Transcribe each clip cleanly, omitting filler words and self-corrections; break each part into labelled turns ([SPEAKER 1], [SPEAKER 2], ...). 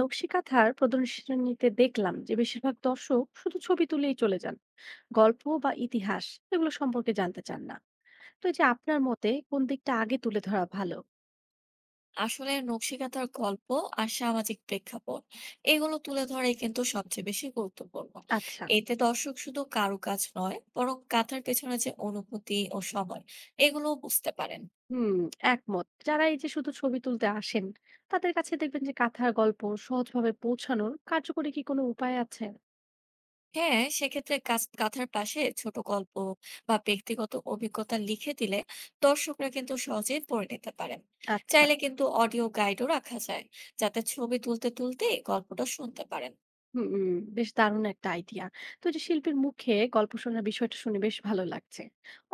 [SPEAKER 1] নকশিকাঁথার প্রদর্শনীতে দেখলাম যে বেশিরভাগ দর্শক শুধু ছবি তুলেই চলে যান, গল্প বা ইতিহাস এগুলো সম্পর্কে জানতে চান না। তো এই যে আপনার মতে কোন দিকটা আগে তুলে ধরা ভালো?
[SPEAKER 2] আসলে নকশিকাঁথার গল্প আর সামাজিক প্রেক্ষাপট এগুলো তুলে ধরাই কিন্তু সবচেয়ে বেশি গুরুত্বপূর্ণ।
[SPEAKER 1] আচ্ছা।
[SPEAKER 2] এতে দর্শক শুধু কারুকাজ নয় বরং কাঁথার পেছনে যে অনুভূতি ও সময়, এগুলোও বুঝতে পারেন।
[SPEAKER 1] হুম, একমত। যারা এই যে শুধু ছবি তুলতে আসেন, তাদের কাছে দেখবেন যে কাঁথার গল্প সহজভাবে পৌঁছানোর কার্যকরী কি কোনো উপায় আছে?
[SPEAKER 2] হ্যাঁ, সেক্ষেত্রে কাঁথার পাশে ছোট গল্প বা ব্যক্তিগত অভিজ্ঞতা লিখে দিলে দর্শকরা কিন্তু সহজেই পড়ে নিতে পারেন।
[SPEAKER 1] আচ্ছা।
[SPEAKER 2] চাইলে কিন্তু অডিও গাইডও রাখা যায়, যাতে ছবি তুলতে তুলতে গল্পটা শুনতে পারেন।
[SPEAKER 1] হুম, হুম, বেশ দারুণ একটা আইডিয়া। তো এই যে শিল্পীর মুখে গল্প শোনার বিষয়টা শুনে বেশ ভালো লাগছে।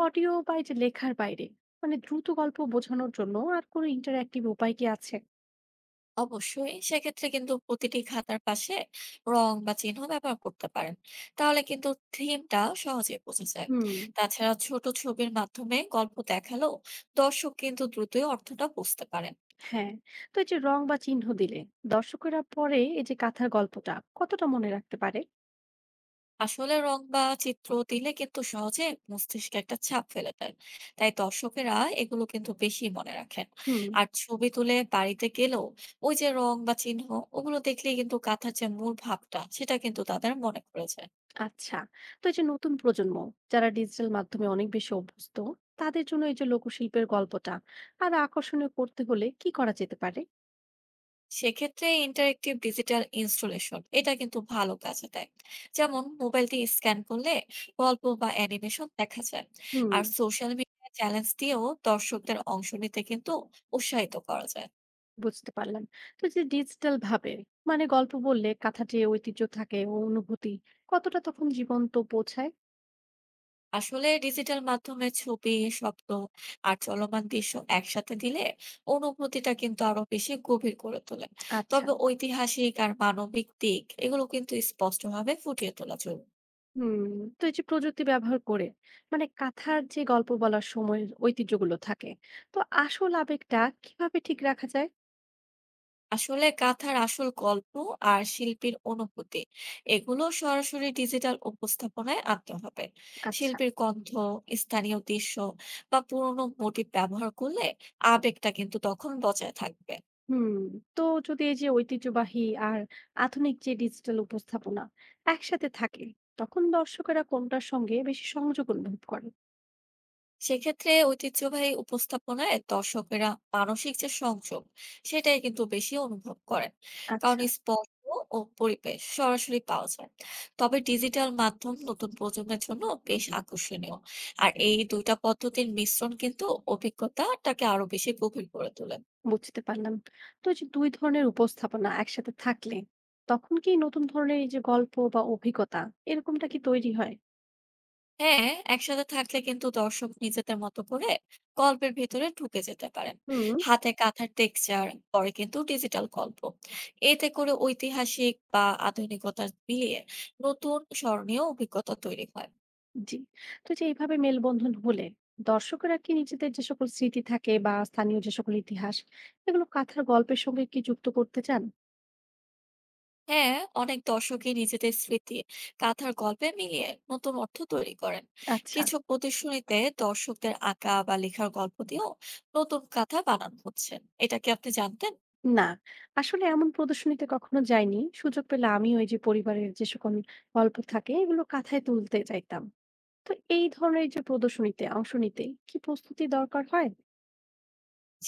[SPEAKER 1] অডিও বা এই যে লেখার বাইরে মানে দ্রুত গল্প বোঝানোর জন্য আর কোনো ইন্টারঅ্যাক্টিভ উপায় কি আছে?
[SPEAKER 2] অবশ্যই, সেক্ষেত্রে কিন্তু প্রতিটি খাতার পাশে রং বা চিহ্ন ব্যবহার করতে পারেন, তাহলে কিন্তু থিমটা সহজে বোঝা যায়।
[SPEAKER 1] হুম,
[SPEAKER 2] তাছাড়া ছোট ছবির মাধ্যমে গল্প দেখালো দর্শক কিন্তু দ্রুতই অর্থটা বুঝতে পারেন।
[SPEAKER 1] হ্যাঁ। তো এই যে রং বা চিহ্ন দিলে দর্শকেরা পরে এই যে কাথার গল্পটা কতটা মনে রাখতে পারে?
[SPEAKER 2] আসলে রং বা চিত্র দিলে কিন্তু সহজে মস্তিষ্কে একটা ছাপ ফেলে দেয়, তাই দর্শকেরা এগুলো কিন্তু বেশি মনে রাখেন।
[SPEAKER 1] হুম,
[SPEAKER 2] আর ছবি তুলে বাড়িতে গেলেও ওই যে রং বা চিহ্ন, ওগুলো দেখলেই কিন্তু কাঁথার যে মূল ভাবটা সেটা কিন্তু তাদের মনে পড়ে যায়।
[SPEAKER 1] আচ্ছা। তো এই যে নতুন প্রজন্ম যারা ডিজিটাল মাধ্যমে অনেক বেশি অভ্যস্ত, তাদের জন্য এই যে লোকশিল্পের গল্পটা আর আকর্ষণীয় করতে হলে কি করা যেতে পারে?
[SPEAKER 2] সেক্ষেত্রে ইন্টারেক্টিভ ডিজিটাল ইনস্টলেশন এটা কিন্তু ভালো কাজে দেয়। যেমন মোবাইল দিয়ে স্ক্যান করলে গল্প বা অ্যানিমেশন দেখা যায়।
[SPEAKER 1] হুম।
[SPEAKER 2] আর সোশ্যাল মিডিয়া চ্যালেঞ্জ দিয়েও দর্শকদের অংশ নিতে কিন্তু উৎসাহিত করা যায়।
[SPEAKER 1] বুঝতে পারলাম। তো এই যে ডিজিটাল ভাবে মানে গল্প বললে কথাটি ঐতিহ্য থাকে ও অনুভূতি কতটা তখন জীবন্ত বোঝায়?
[SPEAKER 2] আসলে ডিজিটাল মাধ্যমে ছবি, শব্দ, আর চলমান দৃশ্য একসাথে দিলে অনুভূতিটা কিন্তু আরো বেশি গভীর করে তোলে।
[SPEAKER 1] আচ্ছা।
[SPEAKER 2] তবে ঐতিহাসিক আর মানবিক দিক এগুলো কিন্তু স্পষ্টভাবে ফুটিয়ে তোলা জরুরি।
[SPEAKER 1] হুম। তো এই যে প্রযুক্তি ব্যবহার করে মানে কাথার যে গল্প বলার সময়ের ঐতিহ্যগুলো থাকে, তো আসল আবেগটা কিভাবে ঠিক রাখা যায়?
[SPEAKER 2] আসলে গাথার আসল গল্প আর শিল্পীর অনুভূতি এগুলো সরাসরি ডিজিটাল উপস্থাপনায় আনতে হবে।
[SPEAKER 1] আচ্ছা।
[SPEAKER 2] শিল্পীর কণ্ঠ, স্থানীয় দৃশ্য, বা পুরনো মোটিভ ব্যবহার করলে আবেগটা কিন্তু তখন বজায় থাকবে।
[SPEAKER 1] হুম। তো যদি এই যে ঐতিহ্যবাহী আর আধুনিক যে ডিজিটাল উপস্থাপনা একসাথে থাকে, তখন দর্শকেরা কোনটার সঙ্গে বেশি সংযোগ অনুভব করে?
[SPEAKER 2] সেক্ষেত্রে ঐতিহ্যবাহী উপস্থাপনায় দর্শকেরা মানসিক যে সংযোগ সেটাই কিন্তু বেশি অনুভব করেন। কারণ
[SPEAKER 1] আচ্ছা।
[SPEAKER 2] স্পর্শ ও পরিবেশ সরাসরি পাওয়া যায়। তবে ডিজিটাল মাধ্যম নতুন প্রজন্মের জন্য বেশ আকর্ষণীয়, আর এই দুইটা পদ্ধতির মিশ্রণ কিন্তু অভিজ্ঞতাটাকে আরো বেশি গভীর করে তোলে।
[SPEAKER 1] বুঝতে পারলাম। তো এই যে ২ ধরনের উপস্থাপনা একসাথে থাকলে তখন কি নতুন ধরনের এই যে গল্প বা অভিজ্ঞতা এরকমটা কি তৈরি হয়?
[SPEAKER 2] হ্যাঁ, একসাথে থাকলে কিন্তু দর্শক নিজেদের মতো করে গল্পের ভিতরে ঢুকে যেতে পারেন।
[SPEAKER 1] হুম।
[SPEAKER 2] হাতে কাঁথার টেক্সচার, পরে কিন্তু ডিজিটাল গল্প, এতে করে ঐতিহাসিক বা আধুনিকতা মিলিয়ে নতুন স্মরণীয় অভিজ্ঞতা তৈরি হয়।
[SPEAKER 1] জি। তো এই যে এইভাবে মেলবন্ধন হলে দর্শকেরা কি নিজেদের যে সকল স্মৃতি থাকে বা স্থানীয় যে সকল ইতিহাস এগুলো কাথার গল্পের সঙ্গে কি যুক্ত করতে চান?
[SPEAKER 2] হ্যাঁ, অনেক দর্শকই নিজেদের স্মৃতি কাঁথার গল্পে মিলিয়ে নতুন অর্থ তৈরি করেন।
[SPEAKER 1] আচ্ছা।
[SPEAKER 2] কিছু প্রদর্শনীতে দর্শকদের আঁকা বা লেখার গল্প দিয়েও নতুন কাঁথা বানানো হচ্ছে। এটা কি আপনি জানতেন?
[SPEAKER 1] না, আসলে এমন প্রদর্শনীতে কখনো যাইনি। সুযোগ পেলে আমিও এই যে পরিবারের যে সকল গল্প থাকে এগুলো কাথায় তুলতে চাইতাম। তো এই ধরনের যে প্রদর্শনীতে অংশ নিতে কি প্রস্তুতি দরকার হয়?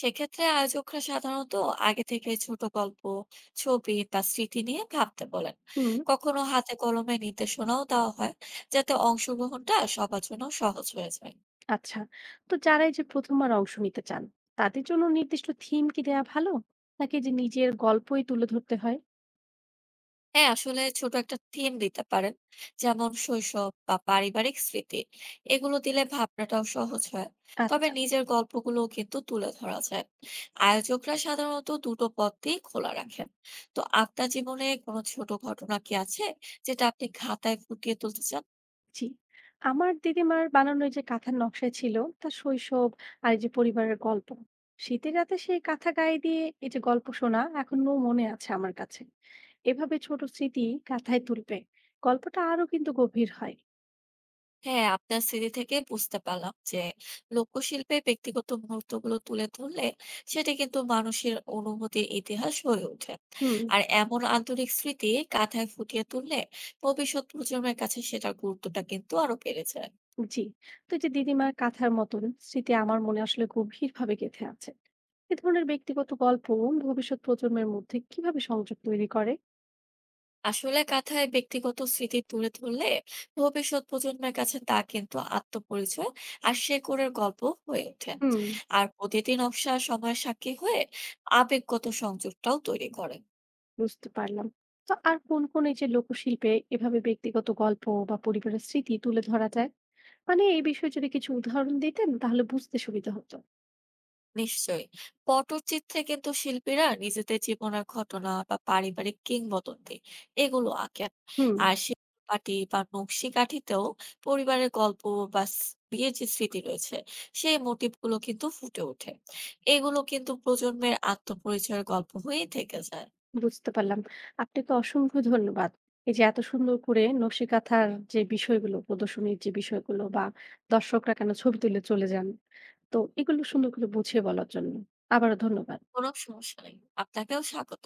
[SPEAKER 2] সেক্ষেত্রে আয়োজকরা সাধারণত আগে থেকে ছোট গল্প, ছবি বা স্মৃতি নিয়ে ভাবতে বলেন।
[SPEAKER 1] হুম।
[SPEAKER 2] কখনো হাতে কলমে নির্দেশনাও দেওয়া হয়, যাতে অংশগ্রহণটা সবার জন্য সহজ হয়ে যায়।
[SPEAKER 1] আচ্ছা। তো যারা এই যে প্রথমবার অংশ নিতে চান তাদের জন্য নির্দিষ্ট থিম কি দেয়া ভালো, নাকি যে নিজের গল্পই তুলে ধরতে হয়?
[SPEAKER 2] হ্যাঁ, আসলে ছোট একটা থিম দিতে পারেন, যেমন শৈশব বা পারিবারিক স্মৃতি, এগুলো দিলে ভাবনাটাও সহজ হয়। তবে
[SPEAKER 1] আচ্ছা।
[SPEAKER 2] নিজের গল্পগুলো কিন্তু তুলে ধরা যায়, আয়োজকরা সাধারণত দুটো পথই খোলা রাখেন। তো আপনার জীবনে কোনো ছোট ঘটনা কি আছে, যেটা আপনি খাতায় ফুটিয়ে তুলতে চান?
[SPEAKER 1] জি। আমার দিদিমার বানানো এই যে কাঁথার নকশা ছিল তার শৈশব আর এই যে পরিবারের গল্প। শীতের রাতে সেই কাঁথা গায়ে দিয়ে এই যে গল্প শোনা এখনো মনে আছে আমার কাছে। এভাবে ছোট স্মৃতি কাঁথায় তুলবে গল্পটা আরো কিন্তু গভীর হয়।
[SPEAKER 2] হ্যাঁ, আপনার স্মৃতি থেকে বুঝতে পারলাম যে লোকশিল্পে ব্যক্তিগত মুহূর্তগুলো তুলে ধরলে সেটা কিন্তু মানুষের অনুভূতির ইতিহাস হয়ে ওঠে।
[SPEAKER 1] হুম।
[SPEAKER 2] আর এমন আন্তরিক স্মৃতি কাঁথায় ফুটিয়ে তুললে ভবিষ্যৎ প্রজন্মের কাছে সেটার গুরুত্বটা কিন্তু আরো বেড়ে যায়।
[SPEAKER 1] জি। তো এই যে দিদিমার কাঁথার মতন স্মৃতি আমার মনে আসলে গভীরভাবে গেঁথে আছে। এ ধরনের ব্যক্তিগত গল্প ভবিষ্যৎ প্রজন্মের মধ্যে কিভাবে সংযোগ তৈরি করে?
[SPEAKER 2] আসলে কাঁথায় ব্যক্তিগত স্মৃতি তুলে ধরলে ভবিষ্যৎ প্রজন্মের কাছে তা কিন্তু আত্মপরিচয় আর শেকড়ের গল্প হয়ে ওঠে।
[SPEAKER 1] হুম।
[SPEAKER 2] আর প্রতিদিন নকশা সময়ের সাক্ষী হয়ে আবেগগত সংযোগটাও তৈরি করে।
[SPEAKER 1] বুঝতে পারলাম। তো আর কোন কোন এই যে লোকশিল্পে এভাবে ব্যক্তিগত গল্প বা পরিবারের স্মৃতি তুলে ধরা যায়, মানে এই বিষয়ে যদি কিছু উদাহরণ দিতেন তাহলে বুঝতে সুবিধা হতো।
[SPEAKER 2] নিশ্চয়ই, পটচিত্রে কিন্তু শিল্পীরা নিজেদের জীবনের ঘটনা বা পারিবারিক কিংবদন্তি এগুলো আঁকেন।
[SPEAKER 1] হুম।
[SPEAKER 2] আর শিল্পপাটি বা নকশি কাঠিতেও পরিবারের গল্প বা বিয়ের যে স্মৃতি রয়েছে সেই মোটিভ গুলো কিন্তু ফুটে ওঠে। এগুলো কিন্তু প্রজন্মের আত্মপরিচয়ের গল্প হয়েই থেকে যায়।
[SPEAKER 1] বুঝতে পারলাম। আপনাকে অসংখ্য ধন্যবাদ এই যে এত সুন্দর করে নকশি কাঁথার যে বিষয়গুলো, প্রদর্শনীর যে বিষয়গুলো বা দর্শকরা কেন ছবি তুলে চলে যান, তো এগুলো সুন্দর করে বুঝিয়ে বলার জন্য। আবারও ধন্যবাদ।
[SPEAKER 2] কোনো সমস্যা নেই, আপনাকেও স্বাগত।